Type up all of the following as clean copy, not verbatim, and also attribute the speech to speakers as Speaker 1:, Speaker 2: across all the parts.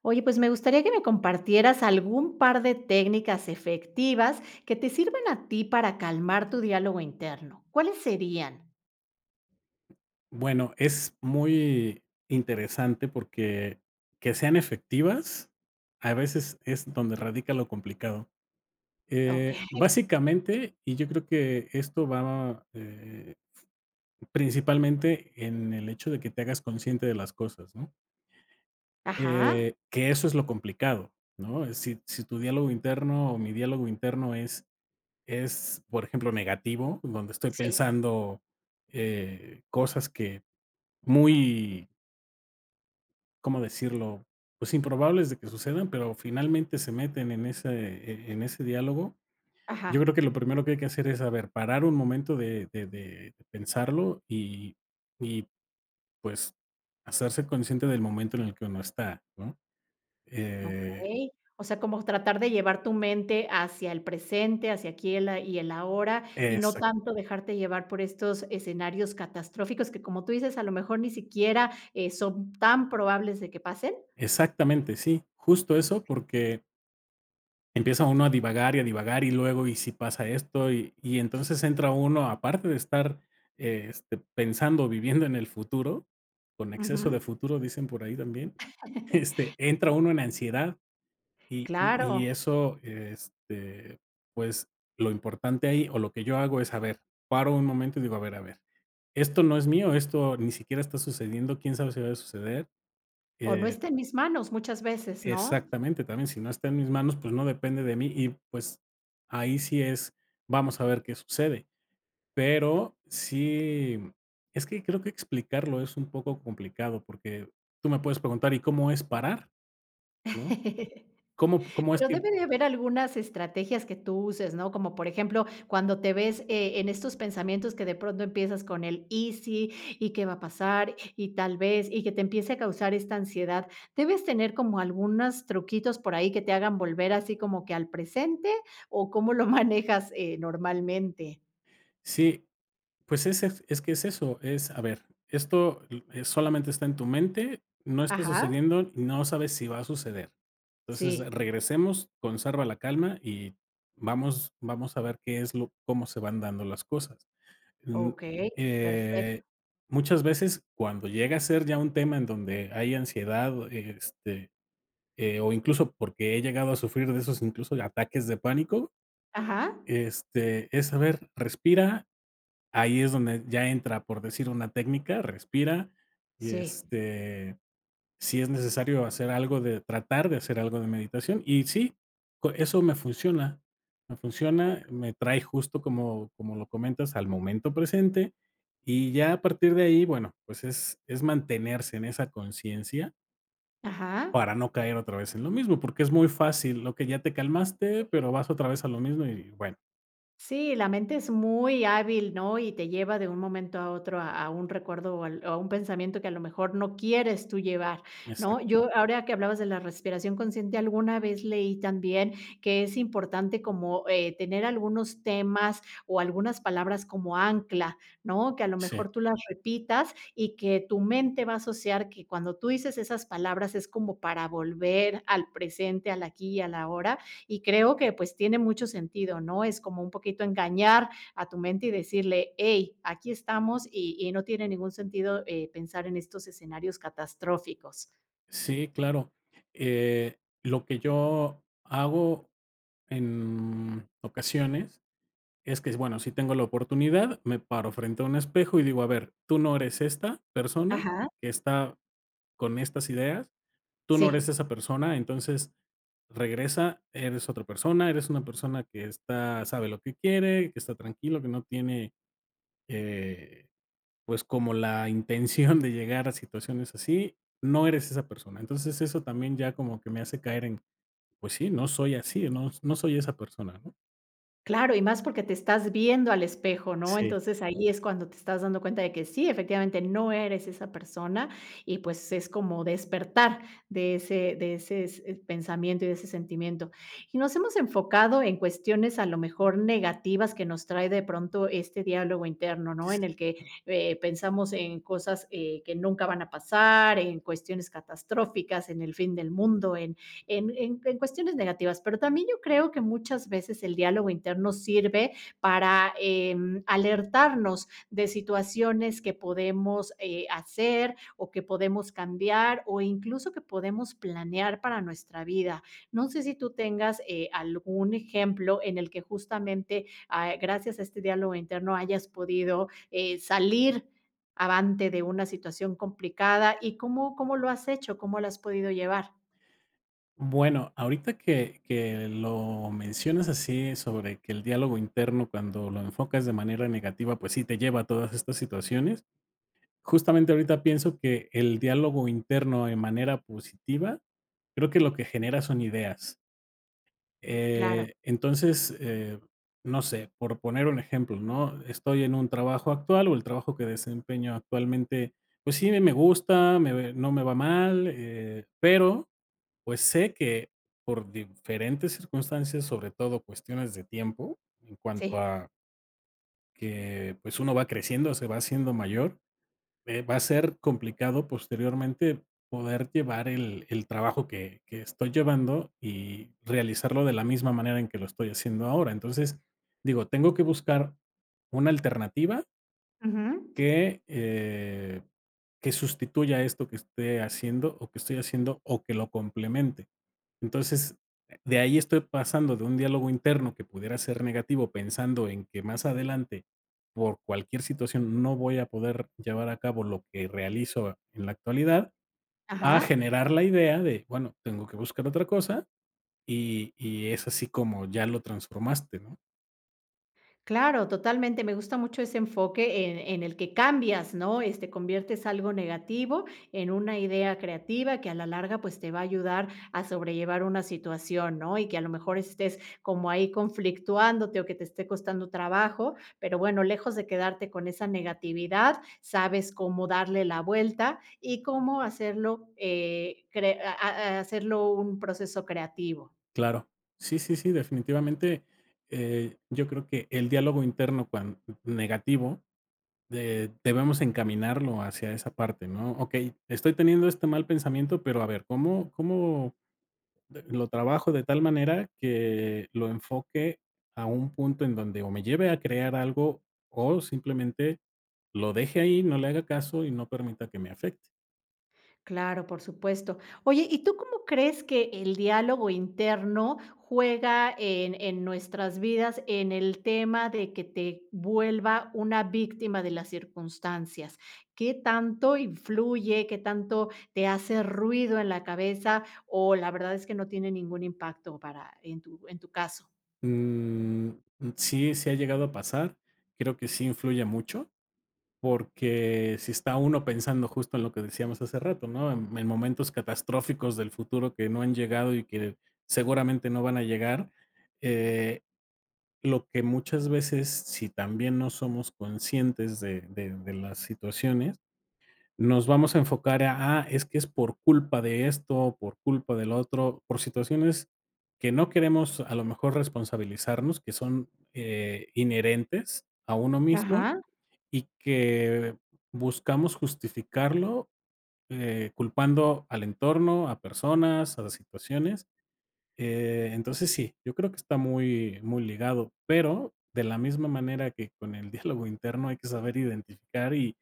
Speaker 1: Oye, pues me gustaría que me compartieras algún par de técnicas efectivas que te sirvan a ti para calmar tu diálogo interno. ¿Cuáles serían?
Speaker 2: Bueno, es muy interesante porque que sean efectivas, a veces es donde radica lo complicado.
Speaker 1: Okey.
Speaker 2: Básicamente, y yo creo que esto va, principalmente en el hecho de que te hagas consciente de las cosas, ¿no?
Speaker 1: Ajá.
Speaker 2: Que eso es lo complicado, ¿no? Es Si tu diálogo interno o mi diálogo interno es, por ejemplo, negativo, donde estoy
Speaker 1: Sí.
Speaker 2: pensando cosas que muy, ¿cómo decirlo? Pues improbables de que sucedan, pero finalmente se meten en ese, e en ese diálogo. Yo
Speaker 1: Ajá.
Speaker 2: creo que lo primero que hay que hacer es, a ver, parar un momento de pensarlo y, pues, hacerse consciente del momento en el que uno está, ¿no? Eh,
Speaker 1: Okey. O sea, como tratar de llevar tu mente hacia el presente, hacia aquí el a y el ahora, y no
Speaker 2: exac
Speaker 1: tanto dejarte llevar por estos escenarios catastróficos que, como tú dices, a lo mejor ni siquiera, son tan probables de que pasen.
Speaker 2: Exactamente, sí, justo
Speaker 1: Ok.
Speaker 2: eso, porque empieza uno a divagar y luego, ¿y si pasa esto? Y entonces
Speaker 1: Sí.
Speaker 2: entra uno, aparte de estar pensando, viviendo en el futuro, con exceso de
Speaker 1: Ujú.
Speaker 2: futuro, dicen por ahí también, entra uno en ansiedad y
Speaker 1: Claro.
Speaker 2: eso, pues lo importante ahí o lo que yo hago es, a ver, paro un momento y digo, a ver, esto no es mío, esto ni siquiera está sucediendo, quién sabe si va a suceder,
Speaker 1: O no
Speaker 2: eh,
Speaker 1: está en mis manos muchas veces, ¿no?
Speaker 2: exactamente, también si no está en mis manos, pues no depende de mí y pues ahí sí es, vamos a ver qué sucede. Pero sí, es que creo que explicarlo es un poco complicado porque tú me puedes preguntar, ¿y cómo es parar? ¿No? ¿Cómo, cómo es
Speaker 1: Pero
Speaker 2: que
Speaker 1: debe de haber algunas estrategias que tú uses, ¿no? Como por ejemplo, cuando te ves, en estos pensamientos que de pronto empiezas con el y si, y qué va a pasar, y tal vez, y que te empiece a causar esta ansiedad. ¿Debes tener como algunos truquitos por ahí que te hagan volver así como que al presente o cómo lo manejas, normalmente?
Speaker 2: sí? Pues es que es eso, es, a ver, esto, solamente está en tu mente, no está
Speaker 1: Ajá,
Speaker 2: sucediendo, y no sabes si va a suceder. Entonces,
Speaker 1: sí,
Speaker 2: regresemos, conserva la calma y vamos a ver qué es lo cómo se van dando las cosas. Mm,
Speaker 1: okey,
Speaker 2: eh,
Speaker 1: perfecto.
Speaker 2: Muchas veces, cuando llega a ser ya un tema en donde hay ansiedad, o incluso porque he llegado a sufrir de esos, incluso, ataques de pánico,
Speaker 1: Ajá,
Speaker 2: es, a ver, respira. Ahí es donde ya entra, por decir una técnica, respira y,
Speaker 1: sí,
Speaker 2: si es necesario hacer algo de tratar de hacer algo de meditación. Y sí, co eso me funciona, me
Speaker 1: o
Speaker 2: funciona, me trae justo como como lo comentas al momento presente, y ya a partir de ahí, bueno, pues es mantenerse en esa conciencia
Speaker 1: ajá.
Speaker 2: para no caer otra vez en lo mismo, porque es muy fácil, lo que ya te calmaste, pero vas otra vez a lo mismo y bueno,
Speaker 1: Sí, la mente es muy hábil, ¿no? Y te lleva de un momento a otro a un recuerdo o a un pensamiento que a lo mejor no quieres tú llevar, ¿no?
Speaker 2: exacto.
Speaker 1: Yo ahora que hablabas de la respiración consciente, alguna vez leí también que es importante como tener algunos temas o algunas palabras como ancla, ¿no? Que a lo
Speaker 2: Sí.
Speaker 1: mejor tú las repitas y que tu mente va a asociar que cuando tú dices esas palabras es como para volver al presente, al aquí y a la hora y creo que pues tiene mucho sentido, ¿no? Es como un poquito engañar a tu mente y decirle, hey, aquí estamos y no tiene ningún sentido pensar en estos escenarios catastróficos.
Speaker 2: Sí, claro. Lo que yo hago en ocasiones es que, bueno, si tengo la oportunidad, me paro frente a un espejo y digo, a ver, tú no eres esta persona
Speaker 1: Ajá.
Speaker 2: que está con estas ideas, tú no eres
Speaker 1: Sí.
Speaker 2: esa persona, entonces regresa, eres otra persona, eres una persona que está, sabe lo que quiere, que está tranquilo, que no tiene, eh, pues, como la intención de llegar a situaciones así, no eres esa persona. Entonces, eso también ya como que me hace caer en, pues sí, no soy así, no, no soy esa persona, ¿no?
Speaker 1: Claro, y más porque te estás viendo al espejo, ¿no?
Speaker 2: Sí.
Speaker 1: Entonces, ahí es cuando te estás dando cuenta de que sí, efectivamente, no eres esa persona y, pues, es como despertar de ese s pensamiento y de ese sentimiento. Y nos hemos enfocado en cuestiones, a lo mejor, negativas que nos trae de pronto este diálogo interno, ¿no? Pensamos en cosas, que nunca van a pasar, en cuestiones catastróficas, en el fin del mundo, en cuestiones negativas, pero también yo creo que muchas veces el diálogo interno sirve para alertarnos de situaciones que podemos hacer o que podemos cambiar o incluso que podemos planear para nuestra vida. No sé si tú tengas algún ejemplo en el que justamente gracias a este diálogo interno hayas podido salir avante de una situación complicada y cómo, cómo lo has hecho, cómo lo has podido llevar.
Speaker 2: Bueno, ahorita que lo mencionas así sobre que el diálogo interno cuando lo enfocas de manera negativa, pues sí te lleva a todas estas situaciones. Justamente ahorita pienso que el diálogo interno de manera positiva, creo que lo que genera son ideas.
Speaker 1: Claro.
Speaker 2: Eh, entonces, eh, no sé, por poner un ejemplo, ¿no? Estoy en un trabajo actual o el trabajo que desempeño actualmente, pues sí, me gusta, no me va mal, pero pues sé que por diferentes circunstancias, sobre todo cuestiones de tiempo, en cuanto
Speaker 1: Sí.
Speaker 2: a que pues uno va creciendo, se va haciendo mayor, va a ser complicado posteriormente poder llevar el trabajo que estoy llevando y realizarlo de la misma manera en que lo estoy haciendo ahora. Entonces, digo, tengo que buscar una alternativa
Speaker 1: Ujú.
Speaker 2: que, eh, que sustituya esto que esté haciendo o que estoy haciendo o que lo complemente. Entonces, de ahí estoy pasando de un diálogo interno que pudiera ser negativo, pensando en que más adelante, por cualquier situación, no voy a poder llevar a cabo lo que realizo en la actualidad, a
Speaker 1: Ajá.
Speaker 2: generar la idea de, bueno, tengo que buscar otra cosa y es así como ya lo transformaste, ¿no?
Speaker 1: Claro, totalmente. Me gusta mucho ese enfoque en el que cambias, ¿no? Este, conviertes algo negativo en una idea creativa que a la larga, pues, te va a ayudar a sobrellevar una situación, ¿no? Y que a lo mejor estés como ahí conflictuándote o que te esté costando trabajo, pero bueno, lejos de quedarte con esa negatividad, sabes cómo darle la vuelta y cómo hacerlo, cre a hacerlo un proceso creativo.
Speaker 2: Claro. Sí, sí, sí, definitivamente, yo creo que el diálogo interno cuan negativo De debemos encaminarlo hacia esa parte, ¿no? Okey, estoy teniendo este mal pensamiento, pero a ver, ¿cómo cómo de lo trabajo de tal manera que lo enfoque a un punto en donde o me lleve a crear algo o simplemente lo deje ahí, no le haga caso y no permita que me afecte?
Speaker 1: Claro, por supuesto. Oye, ¿y tú cómo crees que el diálogo interno juega en nuestras vidas en el tema de que te vuelva una víctima de las circunstancias? ¿Qué tanto influye, qué tanto te hace ruido en la cabeza o la verdad es que no tiene ningún impacto para en tu caso?
Speaker 2: Mm, sí, sí ha llegado a pasar, creo que sí influye mucho, porque si está uno pensando justo en lo que decíamos hace rato, ¿no? En momentos catastróficos del futuro que no han llegado y que seguramente no van a llegar, eh, lo que muchas veces, si también no somos conscientes de las situaciones, nos vamos a enfocar a, ah, es que es por culpa de esto, por culpa del otro, por situaciones que no queremos a lo mejor responsabilizarnos, que son inherentes a uno mismo
Speaker 1: Ajá,
Speaker 2: y que buscamos justificarlo, culpando al entorno, a personas, a las situaciones. Entonces sí, yo creo que está muy, muy ligado, pero de la misma manera que con el diálogo interno hay que saber identificar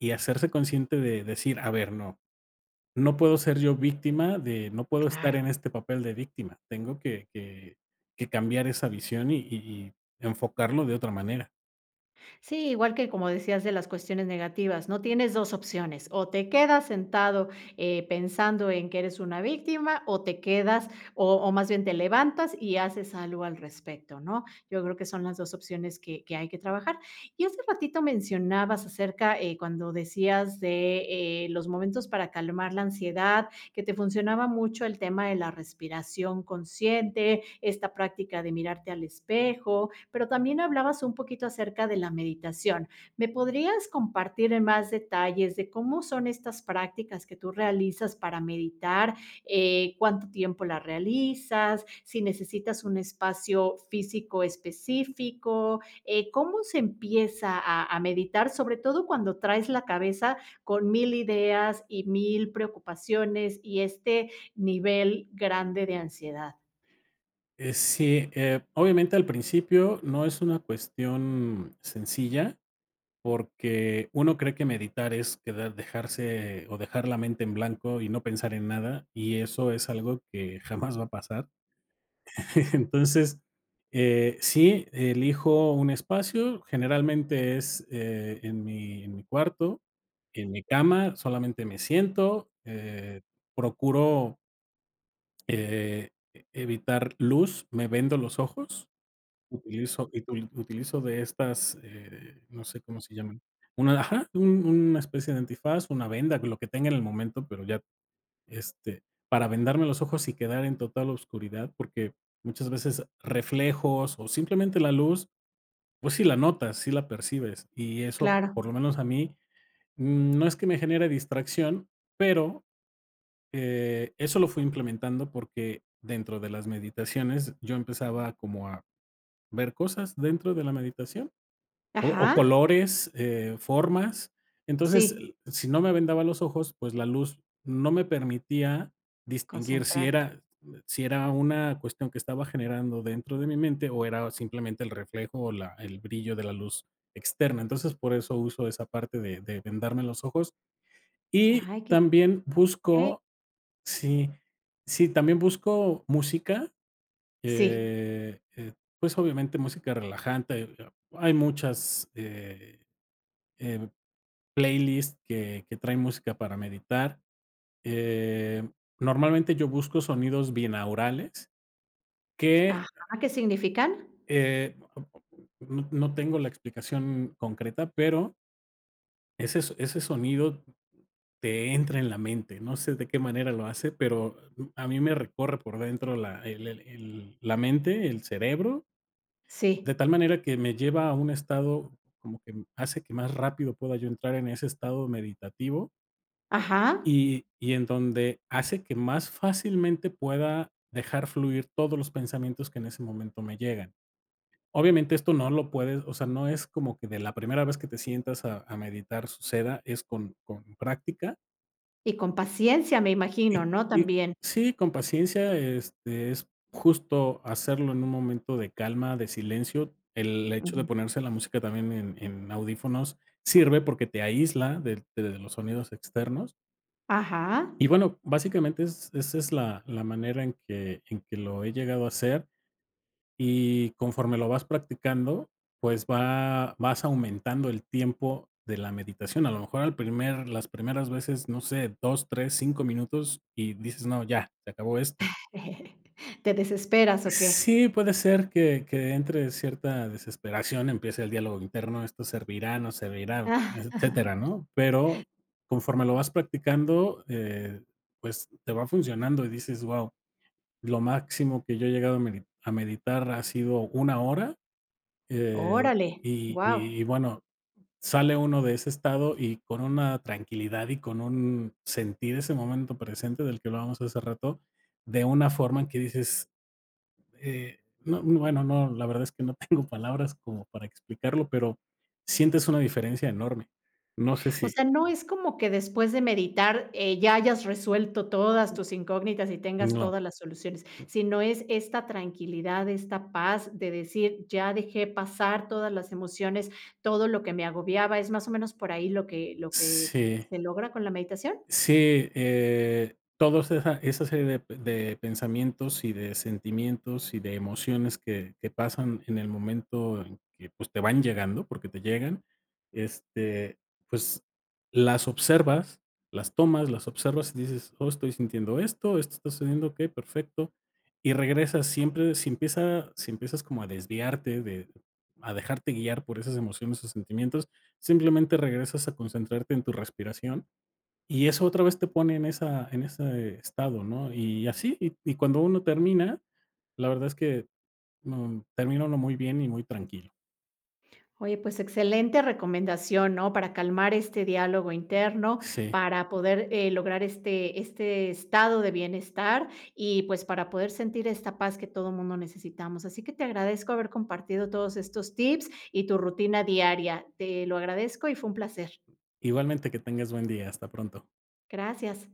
Speaker 2: y hacerse consciente de decir, a ver, no, no puedo ser yo víctima de, no puedo estar en
Speaker 1: claro.
Speaker 2: este papel de víctima, tengo que cambiar esa visión y, y enfocarlo de otra manera.
Speaker 1: Sí, igual que como decías de las cuestiones negativas, ¿no? Tienes 2 opciones, o te quedas sentado, pensando en que eres una víctima, o te quedas o más bien te levantas y haces algo al respecto, ¿no? Yo creo que son las 2 opciones que hay que trabajar. Y hace ratito mencionabas acerca, cuando decías de, los momentos para calmar la ansiedad, que te funcionaba mucho el tema de la respiración consciente, esta práctica de mirarte al espejo, pero también hablabas un poquito acerca de la meditación. ¿Me podrías compartir en más detalles de cómo son estas prácticas que tú realizas para meditar? ¿Cuánto tiempo las realizas? ¿Si necesitas un espacio físico específico? ¿Cómo se empieza a meditar, sobre todo cuando traes la cabeza con mil ideas y mil preocupaciones y este nivel grande de ansiedad?
Speaker 2: Sí, Obviamente al principio no es una cuestión sencilla, porque uno cree que meditar es quedar, dejarse o dejar la mente en blanco y no pensar en nada, y eso es algo que jamás va a pasar. Entonces, sí, elijo un espacio, generalmente es en mi cuarto, en mi cama, solamente me siento, procuro evitar luz, me vendo los ojos. Utilizo y util Utilizo de estas, no sé cómo se llaman. Una ajá, un una especie de antifaz, una venda, lo que tenga en el momento, pero ya, este, para vendarme los ojos y quedar en total oscuridad, porque muchas veces reflejos o simplemente la luz, pues sí la notas, sí la percibes, y eso,
Speaker 1: Claro.
Speaker 2: por lo menos a mí, mm, no es que me genere distracción, pero, eso lo fui implementando porque dentro de las meditaciones yo empezaba como a ver cosas dentro de la meditación. O
Speaker 1: Ajá.
Speaker 2: colores, formas. Entonces,
Speaker 1: Sí,
Speaker 2: si no me vendaba los ojos, pues la luz no me permitía distinguir si
Speaker 1: concentrarte.
Speaker 2: era si era una cuestión que estaba generando dentro de mi mente o era simplemente el reflejo o la el brillo de la luz externa. Entonces, por eso uso esa parte de vendarme los ojos. Y
Speaker 1: Ay, qué
Speaker 2: también
Speaker 1: okey.
Speaker 2: busco sí, sí, también busco música,
Speaker 1: Sí.
Speaker 2: eh, eh, pues, obviamente música relajante. Hay muchas, eh, playlist que trae música para meditar. Eh, Normalmente yo busco sonidos binaurales que,
Speaker 1: Ajá, ¿qué significan?
Speaker 2: eh, no no tengo la explicación concreta, pero ese sonido te entra en la mente. No sé de qué manera lo hace, pero a mí me recorre por dentro la mente, el cerebro,
Speaker 1: Sí.
Speaker 2: de tal manera que me lleva a un estado como que hace que más rápido pueda yo entrar en ese estado meditativo.
Speaker 1: Ajá.
Speaker 2: Y en donde hace que más fácilmente pueda dejar fluir todos los pensamientos que en ese momento me llegan. Obviamente, esto no lo puedes o sea, no es como que de la primera vez que te sientas a meditar suceda, es con práctica
Speaker 1: Y con paciencia, me imagino,
Speaker 2: y
Speaker 1: ¿no?
Speaker 2: y
Speaker 1: También.
Speaker 2: sí, con paciencia, es justo hacerlo en un momento de calma, de silencio. El hecho de
Speaker 1: Ujú.
Speaker 2: ponerse la música también en audífonos sirve porque te aísla de los sonidos externos.
Speaker 1: Ajá.
Speaker 2: Y bueno, básicamente es esa es la la manera en que lo he llegado a hacer, y conforme lo vas practicando, pues va vas aumentando el tiempo de la meditación. A lo mejor al primer las primeras veces, no sé, 2 3 5 minutos y dices: "No, ya, se acabó esto".
Speaker 1: ¿Te desesperas o qué?
Speaker 2: Sí, puede ser que entre cierta desesperación, empiece el diálogo interno, esto servirá, no servirá,
Speaker 1: Ah,
Speaker 2: etcétera, ¿no? Pero conforme lo vas practicando, pues, te va funcionando y dices: "Guau, lo máximo que yo he llegado a meditar ha sido 1 hora", eh,
Speaker 1: órale. Wow.
Speaker 2: bueno, sale uno de ese estado y con una tranquilidad y con un sentir ese momento presente del que hablábamos hace rato, de una forma en que dices: no, bueno, no, la verdad es que no tengo palabras como para explicarlo, pero sientes una diferencia enorme. No sé
Speaker 1: O
Speaker 2: si
Speaker 1: sea, no es como que después de meditar, ya hayas resuelto todas tus incógnitas y tengas
Speaker 2: no,
Speaker 1: todas las soluciones, sino es esta tranquilidad, esta paz de decir, ya dejé pasar todas las emociones, todo lo que me agobiaba, ¿es más o menos por ahí lo que
Speaker 2: sí.
Speaker 1: se logra con la meditación?
Speaker 2: Sí, todos esa esa serie de pensamientos y de sentimientos y de emociones que pasan en el momento en que, pues, te van llegando, porque te llegan, este, pues, las observas, las tomas, las observas y dices: "Oh, estoy sintiendo esto, esto está sucediendo, okey, perfecto", y regresas siempre si empiezas como a desviarte de a dejarte guiar por esas emociones o sentimientos, simplemente regresas a concentrarte en tu respiración y eso otra vez te pone en esa en ese estado, ¿no? Y así, y cuando uno termina, la verdad es que, mm, termina uno muy bien y muy tranquilo.
Speaker 1: Oye, pues excelente recomendación, ¿no? Para calmar este diálogo interno,
Speaker 2: Sí.
Speaker 1: para poder, lograr este estado de bienestar y, pues, para poder sentir esta paz que todo mundo necesitamos. Así que te agradezco haber compartido todos estos tips y tu rutina diaria. Te lo agradezco y fue un placer.
Speaker 2: Igualmente, que tengas buen día. Hasta pronto.
Speaker 1: Gracias.